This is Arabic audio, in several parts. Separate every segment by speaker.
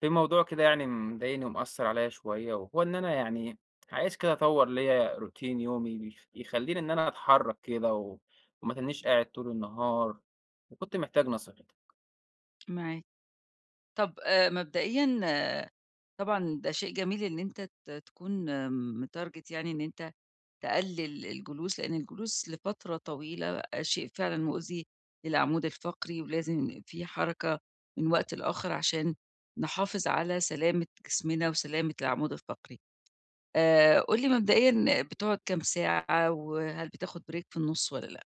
Speaker 1: في موضوع كده يعني مضايقني ومأثر عليا شوية، وهو إن أنا يعني عايز كده أطوّر ليّا روتين يومي يخلّيني إن أنا أتحرك كده وما أتنّيش قاعد طول النهار، وكنت محتاج نصيحتك.
Speaker 2: معاك. طب مبدئيًا طبعًا ده شيء جميل إن أنت تكون متارجت يعني إن أنت تقلل الجلوس، لإن الجلوس لفترة طويلة شيء فعلًا مؤذي للعمود الفقري، ولازم في حركة من وقت لآخر عشان نحافظ على سلامة جسمنا وسلامة العمود الفقري. قُل لي مبدئيًا بتقعد كام ساعة، وهل بتاخد break في النُص والّا لأ؟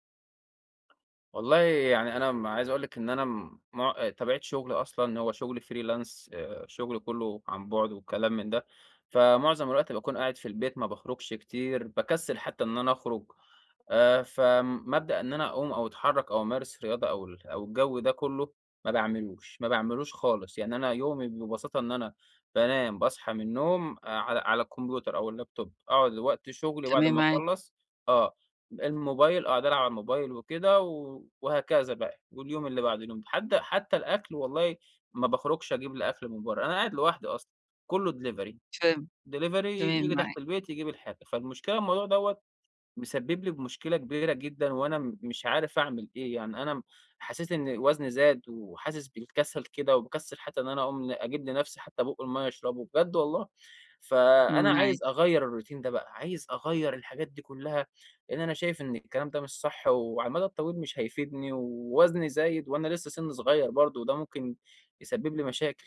Speaker 1: والله يعني أنا عايز أقول لك إن أنا مع طبيعة شغلي أصلًا هو شغل freelance، شغل كلّه عن بُعد وكلام من ده. فمعظم الوقت باكون قاعد في البيت ما باخرجش كتير، باكسّل حتى إن أنا أخرج. فمبدأ إن أنا أقوم أو أتحرك أو أمارس رياضة أو الجو ده كله ما باعملوش، ما باعملوش خالص. يعني أنا يومي ببساطة إن أنا بانام، باصحى من النوم، على الكمبيوتر أو اللابتوب، أقعد لوقت شغلي بعد
Speaker 2: تمام
Speaker 1: ما
Speaker 2: معاك.
Speaker 1: أخلّص. آه، الموبايل أقعد ألعب على الموبايل وكده وهكذا بقى، واليوم اللي بعد اليوم، حتى الأكل والله ما باخرجش أجيب لي أكل من برّه، أنا قاعد لوحدي أصلًا، كله delivery،
Speaker 2: فاهم.
Speaker 1: delivery
Speaker 2: تمام
Speaker 1: ييجي
Speaker 2: معاك.
Speaker 1: تحت البيت يجيب الحاجة. فالمشكلة الموضوع دوّة مسبب لي مشكلة كبيرة جدًا، وأنا مش عارف أعمل إيه. يعني أنا حسيت إن وزني زاد، وحاسس بالكسل كده، وباكسّل حتى إن أنا أقوم أجيب لنفسي حتى بُق المَيّة أشربه بجد والله. فأنا
Speaker 2: معاك.
Speaker 1: عايز أغيّر الروتين ده بقى، عايز أغيّر الحاجات دي كلّها، لإن أنا شايف إن الكلام ده مش صح، وعلى المدى الطويل مش هيفيدني، ووزني زايد وأنا لسه سِنّي صغير برضه، وده ممكن يسبب لي مشاكل.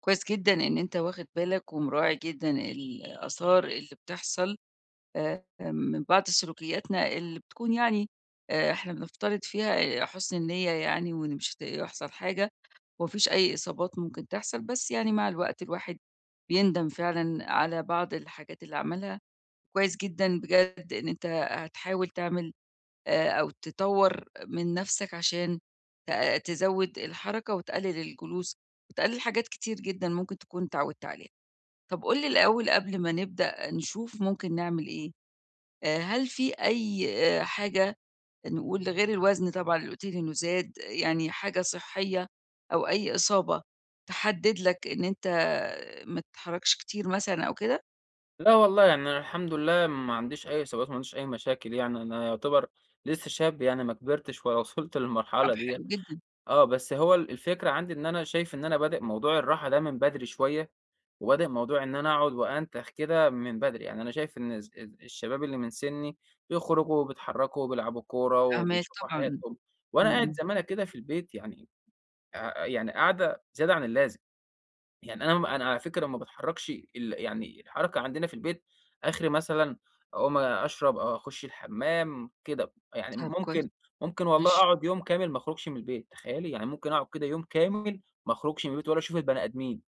Speaker 2: كويس جدًا إن أنت واخد بالك ومراعي جدًا الآثار اللي بتحصل من بعض سلوكياتنا اللي بتكون يعني إحنا بنفترض فيها حُسن النية يعني وإن مش هت يحصل حاجة وما فيش أي إصابات ممكن تحصل، بس يعني مع الوقت الواحد بيندم فعلًا على بعض الحاجات اللي عملها. كويس جدًا بجد إن أنت هتحاول تعمل أو تطوّر من نَفْسك عشان تزوّد الحركة وتقلِّل الجلوس وتقلِّل حاجات كتير جدًا ممكن تكون اتعوّدت عليها. طَب قُل لي الأول قبل ما نبدأ نشوف ممكن نعمل إيه، هل في أي حاجة نقول غير الوزن طبعًا اللي قُلت لي إنه زاد، يعني حاجة صحّية أو أي إصابة تحدِّد لك إن أنت ما تتحرّكش كتير مثلًا أو كده؟
Speaker 1: لا والله يعني أنا الحمد لله ما عنديش أي صعوبات، ما عنديش أي مشاكل يعني، أنا يعتبر لسه شاب يعني ما كبرتش ولا وصلت
Speaker 2: طَب
Speaker 1: للمرحلة ديّة.
Speaker 2: حلو جدًا.
Speaker 1: آه، بس هو الفكرة عندي إن أنا شايف إن أنا بادئ موضوع الراحة ده من بدري شوية، وبادئ موضوع إن أنا أقعد وأنتخ كده من بدري. يعني أنا شايف إن الز ال الشباب اللي من سني بيخرجوا وبيتحركوا وبيلعبوا كورة
Speaker 2: فاهماك
Speaker 1: وبيشوفوا
Speaker 2: طبعًا.
Speaker 1: حياتهم، وأنا
Speaker 2: إمم،
Speaker 1: قاعد
Speaker 2: إمم.
Speaker 1: زمانة كده في البيت يعني قاعدة زيادة عن اللازم. يعني أنا على فكرة ما باتحرّكش يعني الحركة عندنا في البيت آخري مثلًا أقوم أشرب أو أخُش الحمّام كده. يعني
Speaker 2: طَب كويس.
Speaker 1: ممكن والله
Speaker 2: ماشي.
Speaker 1: أقعد يوم كامل ما أخرجش من البيت، تخيّلي! يعني ممكن أقعد كده يوم كامل ما أخرجش من البيت ولا أشوف البني آدمين،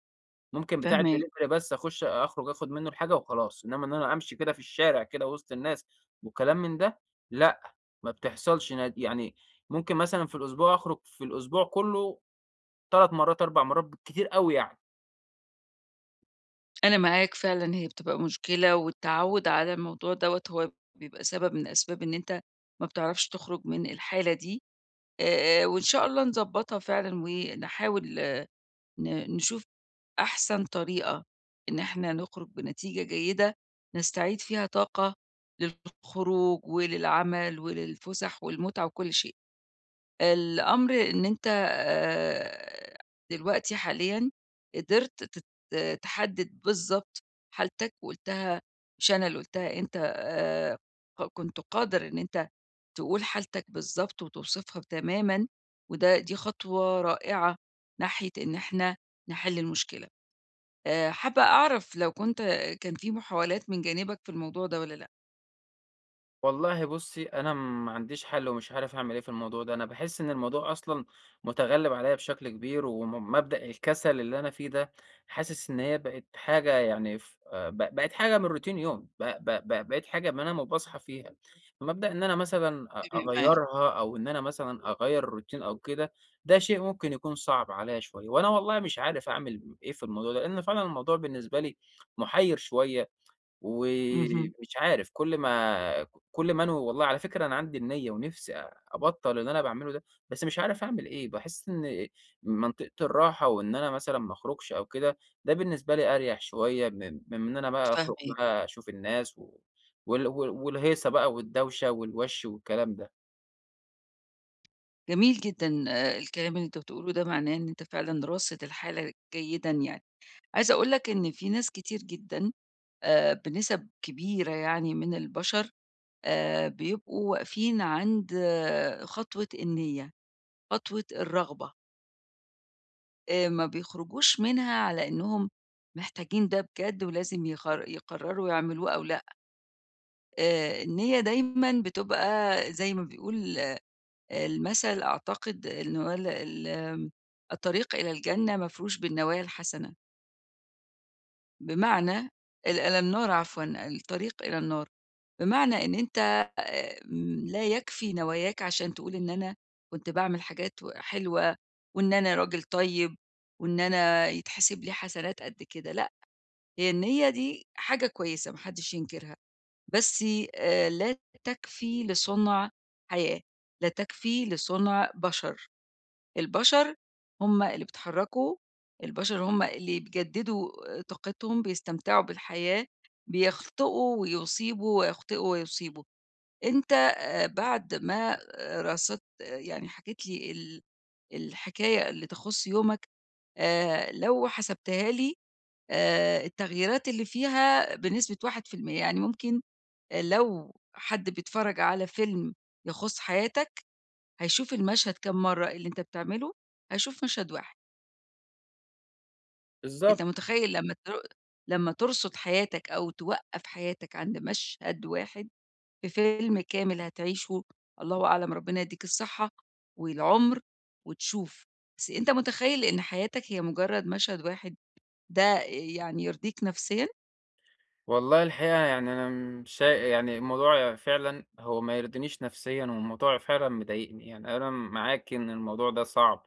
Speaker 1: ممكن بتاع
Speaker 2: فاهماك.
Speaker 1: الدليفري بس أخُش أخرج آخُد منّه الحاجة وخلاص. إنّما إن أنا أمشي كده في الشارع كده وسط الناس وكلام من ده، لأ، ما بتحصلش يعني ممكن مثلًا في الأسبوع أخرج في الأسبوع كُلّه 3 مرّات، 4 مرّات بالكتير أوي يعني.
Speaker 2: أنا معاك فعلًا، هي بتبقى مشكلة، والتعوّد على الموضوع دوّة هو بيبقى سبب من أسباب إن أنت ما بتعرفش تخرج من الحالة دي. وإن شاء الله نضبّطها فعلًا ونحاول آه، ن نشوف أحسن طريقة إن إحنا نخرج بنتيجة جيدة نستعيد فيها طاقة للخروج وللعمل وللفُسح والمتعة وكل شيء. الأمر إن أنت دلوقتي حاليًا قدرت تحدد بالضبط حالتك وقُلتها، مش أنا اللي قُلتها، أنت ق كنت قادر إن أنت تقول حالتك بالضبط وتوصفها تمامًا، وده دي خطوة رائعة ناحية إن إحنا نحل المشكلة. حابة أعرف لو كنت كان في محاولات من جانبك في الموضوع ده والّا لأ؟
Speaker 1: والله بُصّي، أنا ما عنديش حل ومش عارف أعمل إيه في الموضوع ده. أنا باحس إن الموضوع أصلًا مُتغلِّب عليّا بشكل كبير، وم مبدأ الكسل اللي أنا فيه ده، حاسس إن هي بقت حاجة يعني ف بقت حاجة من routine يوم، ب ب ب بقيت حاجة بانام وباصحى فيها. مبدأ إن أنا مثلًا أ
Speaker 2: تمام معاكِ.
Speaker 1: أغيّرها أو إن أنا مثلًا أغيّر الroutine أو كده، ده شيء ممكن يكون صعب عليّا شوية، وأنا والله مش عارف أعمل إيه في الموضوع ده، لإن فعلًا الموضوع بالنسبة لي مُحيّر شوية.
Speaker 2: اهم.
Speaker 1: ومش عارف كل ما كل ما أنا والله على فكرة أنا عندي النية ونفسي أبطّل اللي أنا باعمله ده، بس مش عارف أعمل إيه. باحس إن منطقة الراحة وإن أنا مثلًا ما أخرجش أو كده، ده بالنسبة لي أريح شوية من إن أنا بقى أخرج
Speaker 2: فاهماكِ.
Speaker 1: بقى أشوف الناس و وال وال والهيصة بقى والدوشة والوَش والكلام ده.
Speaker 2: جميل جدًا. الكلام اللي أنت بتقوله ده معناه إن أنت فعلًا راصد الحالة جيدًا يعني. عايزة أقول لك إن في ناس كتير جدًا بنسب كبيرة يعني من البشر بيبقوا واقفين عند خطوة النية، خطوة الرغبة، ما بيخرجوش منها على إنهم محتاجين ده بجد ولازم يقرروا يعملوه أو لأ. النية دايمًا بتبقى زي ما بيقول المثل، أعتقد إن هو ال ال الطريق إلى الجنة مفروش بالنوايا الحسنة، بمعنى إلى النار، عفوًا، الطريق إلى النار، بمعنى إن أنت آآ لا يكفي نواياك عشان تقول إن أنا كنت باعمل حاجات حلوة وإن أنا راجل طيب وإن أنا يتحسب لي حسنات قد كده، لأ، هي النية دي حاجة كويسة ما حدش ينكرها، بس لا تكفي لصنع حياة، لا تكفي لصنع بشر. البشر هم اللي بيتحرّكوا، البشر هم اللي بيجدّدوا طاقتهم، بيستمتعوا بالحياة، بيخطئوا ويصيبوا، ويخطئوا ويصيبوا. أنت بعد ما رصدت يعني حكيت لي الحكاية اللي تخُص يومك، لو حسبتها لي التغييرات اللي فيها بنسبة 1%، يعني ممكن لو حد بيتفرّج على فيلم يخُص حياتك، هيشوف المشهد كام مرّة اللي أنت بتعمله، هيشوف مشهد واحد. أنت
Speaker 1: بالضبط.
Speaker 2: متخيّل لمّا ترصد حياتك أو توقّف حياتك عند مشهد واحد في فيلم كامل هتعيشه، الله أعلم، ربنا يدّيك الصحة والعُمر وتشوف، بس أنت متخيّل إن حياتك هي مجرّد مشهد واحد، ده يعني يرضيك نفسيًا؟
Speaker 1: والله الحقيقة يعني أنا مش شا يعني الموضوع فعلًا هو ما يرضينيش نفسيًا، والموضوع فعلًا مضايقني. يعني أنا معاكِ إن الموضوع ده صعب،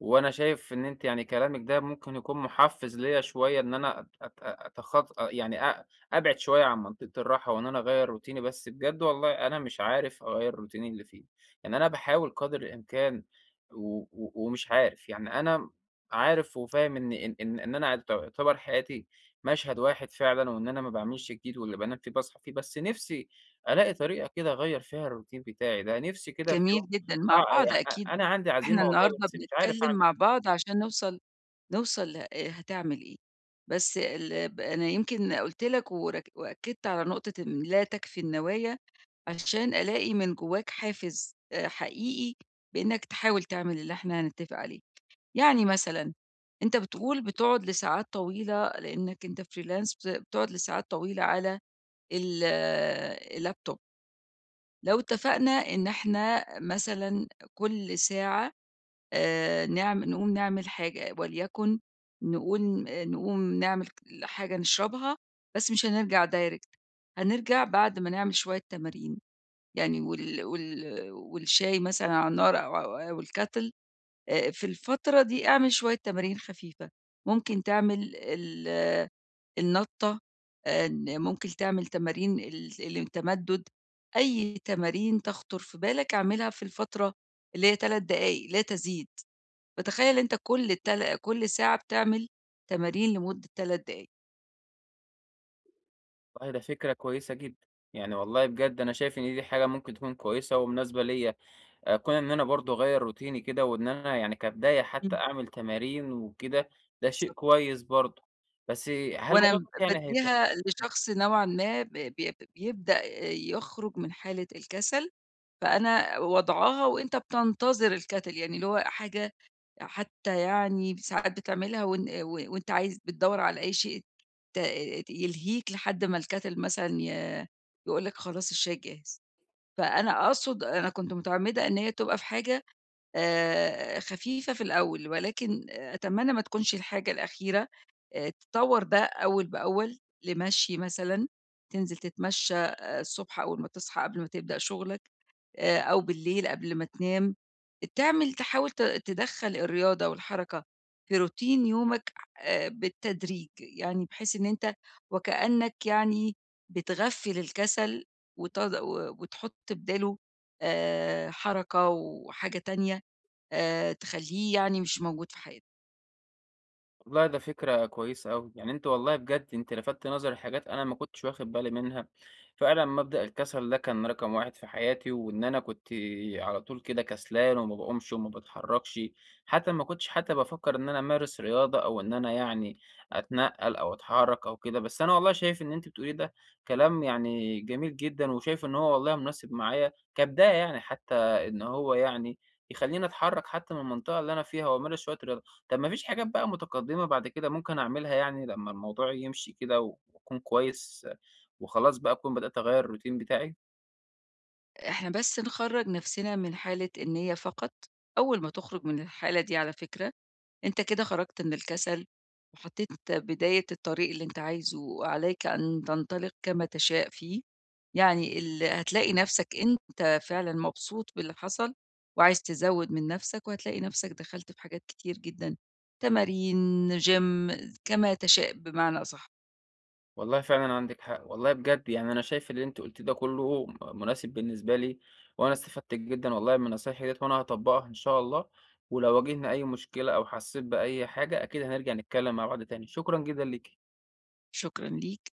Speaker 1: وأنا شايف إن أنتِ يعني كلامِك ده ممكن يكون محفز ليّا شوية إن أنا أت أت أتخط يعني أبعد شوية عن منطقة الراحة، وإن أنا أغيّر روتيني. بس بجد والله أنا مش عارف أغيّر روتيني اللي فيه، يعني أنا باحاول قدر الإمكان و و ومش عارف. يعني أنا عارف وفاهم إن أنا يعتبر حياتي مشهد واحد فعلًا، وإن أنا ما باعملش جديد واللي بانام فيه باصحى فيه، بس نِفْسي ألاقي طريقة كده أغيّر فيها الroutine بتاعي ده. نِفْسي كده في يوم
Speaker 2: جميل جدًا، مع بعض
Speaker 1: آه، أ
Speaker 2: أكيد.
Speaker 1: أ أنا عندي
Speaker 2: إحنا
Speaker 1: عزيمة والله
Speaker 2: النهارده
Speaker 1: بس مش عارف
Speaker 2: بنتكلّم
Speaker 1: أعمل
Speaker 2: مع
Speaker 1: إيه.
Speaker 2: بعض عشان نوصل ل هتعمل إيه، بس ال ب أنا يمكن قُلت لك ورك وأكّدت على نقطة إن لا تكفي النوايا عشان ألاقي من جواك حافز حقيقي بإنك تحاول تعمل اللي إحنا هنتفق عليه. يعني مثلًا أنت بتقول بتقعد لساعات طويلة لإنك أنت freelance بتقعد لساعات طويلة على ال آه، اللابتوب. لو اتفقنا إن إحنا مثلًا كل ساعة نعم نقوم نعمل حاجة، وليكن نقول نقوم نعمل حاجة نشربها، بس مش هنرجع direct، هنرجع بعد ما نعمل شوية تمارين. يعني والشاي مثلًا على النار أو الكاتل. في الفترة دي اعمل شوية تمارين خفيفة، ممكن تعمل النطة، ن ممكن تعمل تمارين التمدد، أي تمارين تخطر في بالك اعملها في الفترة اللي هي 3 دقايق لا تزيد، فتخيل أنت كل ساعة بتعمل تمارين لمدة 3 دقايق.
Speaker 1: والله ده فكرة كويسة جدًا. يعني والله بجد أنا شايف إن دي حاجة ممكن تكون كويسة ومناسبة ليّا، كون إن أنا برضه أغيّر روتيني كده وإن أنا يعني كبداية حتى
Speaker 2: إمم.
Speaker 1: أعمل تمارين وكده، ده شيء
Speaker 2: بالضبط.
Speaker 1: كويس برضه. بس هل
Speaker 2: وأنا
Speaker 1: الموضوع ده يعني
Speaker 2: بادّيها لشخص نوعًا ما ب ب بيبدأ يخرج من حالة الكسل، فأنا واضعاها وأنت بتنتظر الكَتَل، يعني اللي هو حاجة حتى يعني ساعات بتعملها، وإن و وأنت عايز بتدوّر على أي شيء ت يلهيك لحد ما الكَتَل مثلًا يقول لك خلاص الشاي جاهز. فأنا أقصد أنا كنت متعمّدة إن هي تبقى في حاجة خفيفة في الأول، ولكن أتمنى ما تكونش الحاجة الأخيرة، تطوّر ده أول بأول لمشي مثلًا، تنزل تتمشى الصبح أول ما تصحى قبل ما تبدأ شغلك، أو بالليل قبل ما تنام، تحاول تدخّل الرياضة والحركة في روتين يومك بالتدريج، يعني بحيث إن أنت وكأنك يعني بتغفّل الكسل وت و وتحط بداله حركة وحاجة تانية. تخلّيه يعني مش موجود في حياتنا،
Speaker 1: والله ده فكرة كويسة أوي. يعني أنت والله بجد أنت لفتت نظري لحاجات أنا ما كنتش واخد بالي منها. فعلًا مبدأ الكسل ده كان رقم واحد في حياتي، وإن أنا كنت على طول كده كسلان وما باقومش وما باتحركش، حتى ما كنتش حتى بافكر إن أنا أمارس رياضة أو إن أنا يعني أتنقل أو أتحرك أو كده. بس أنا والله شايف إن أنتِ بتقوليه ده كلام يعني جميل جدًا، وشايف إن هو والله مناسب معايا كبداية يعني حتى إن هو يعني يخليني أتحرك حتى من المنطقة اللي أنا فيها وأمارس شوية رياضة. طب ما فيش حاجات بقى متقدمة بعد كده ممكن أعملها يعني لمّا الموضوع يمشي كده وأكون كويس وخلاص بقى أكون بدأت أغيّر الروتين بتاعي؟
Speaker 2: إحنا بس نخرّج نفسنا من حالة النية فقط، أول ما تخرج من الحالة دي على فكرة، أنت كده خرجت من الكسل، وحطيت بداية الطريق اللي أنت عايزه، وعليك أن تنطلق كما تشاء فيه، يعني هتلاقي نفسك أنت فعلًا مبسوط باللي حصل، وعايز تزوّد من نفسك، وهتلاقي نفسك دخلت في حاجات كتير جدًا، تمارين، gym كما تشاء بمعنى أصح.
Speaker 1: والله فعلًا عندِك حق. والله بجد يعني أنا شايف اللي أنتِ قُلتيه ده كلّه مناسب بالنسبة لي، وأنا استفدت جدًا والله من نصايحِك ديّة وأنا هاطبّقها إن شاء الله. ولو واجهنا أي مشكلة أو حسّيت بأي حاجة أكيد هنرجع نتكلّم مع بعض تاني. شكرًا جدًا ليكِ.
Speaker 2: شكرًا ليك.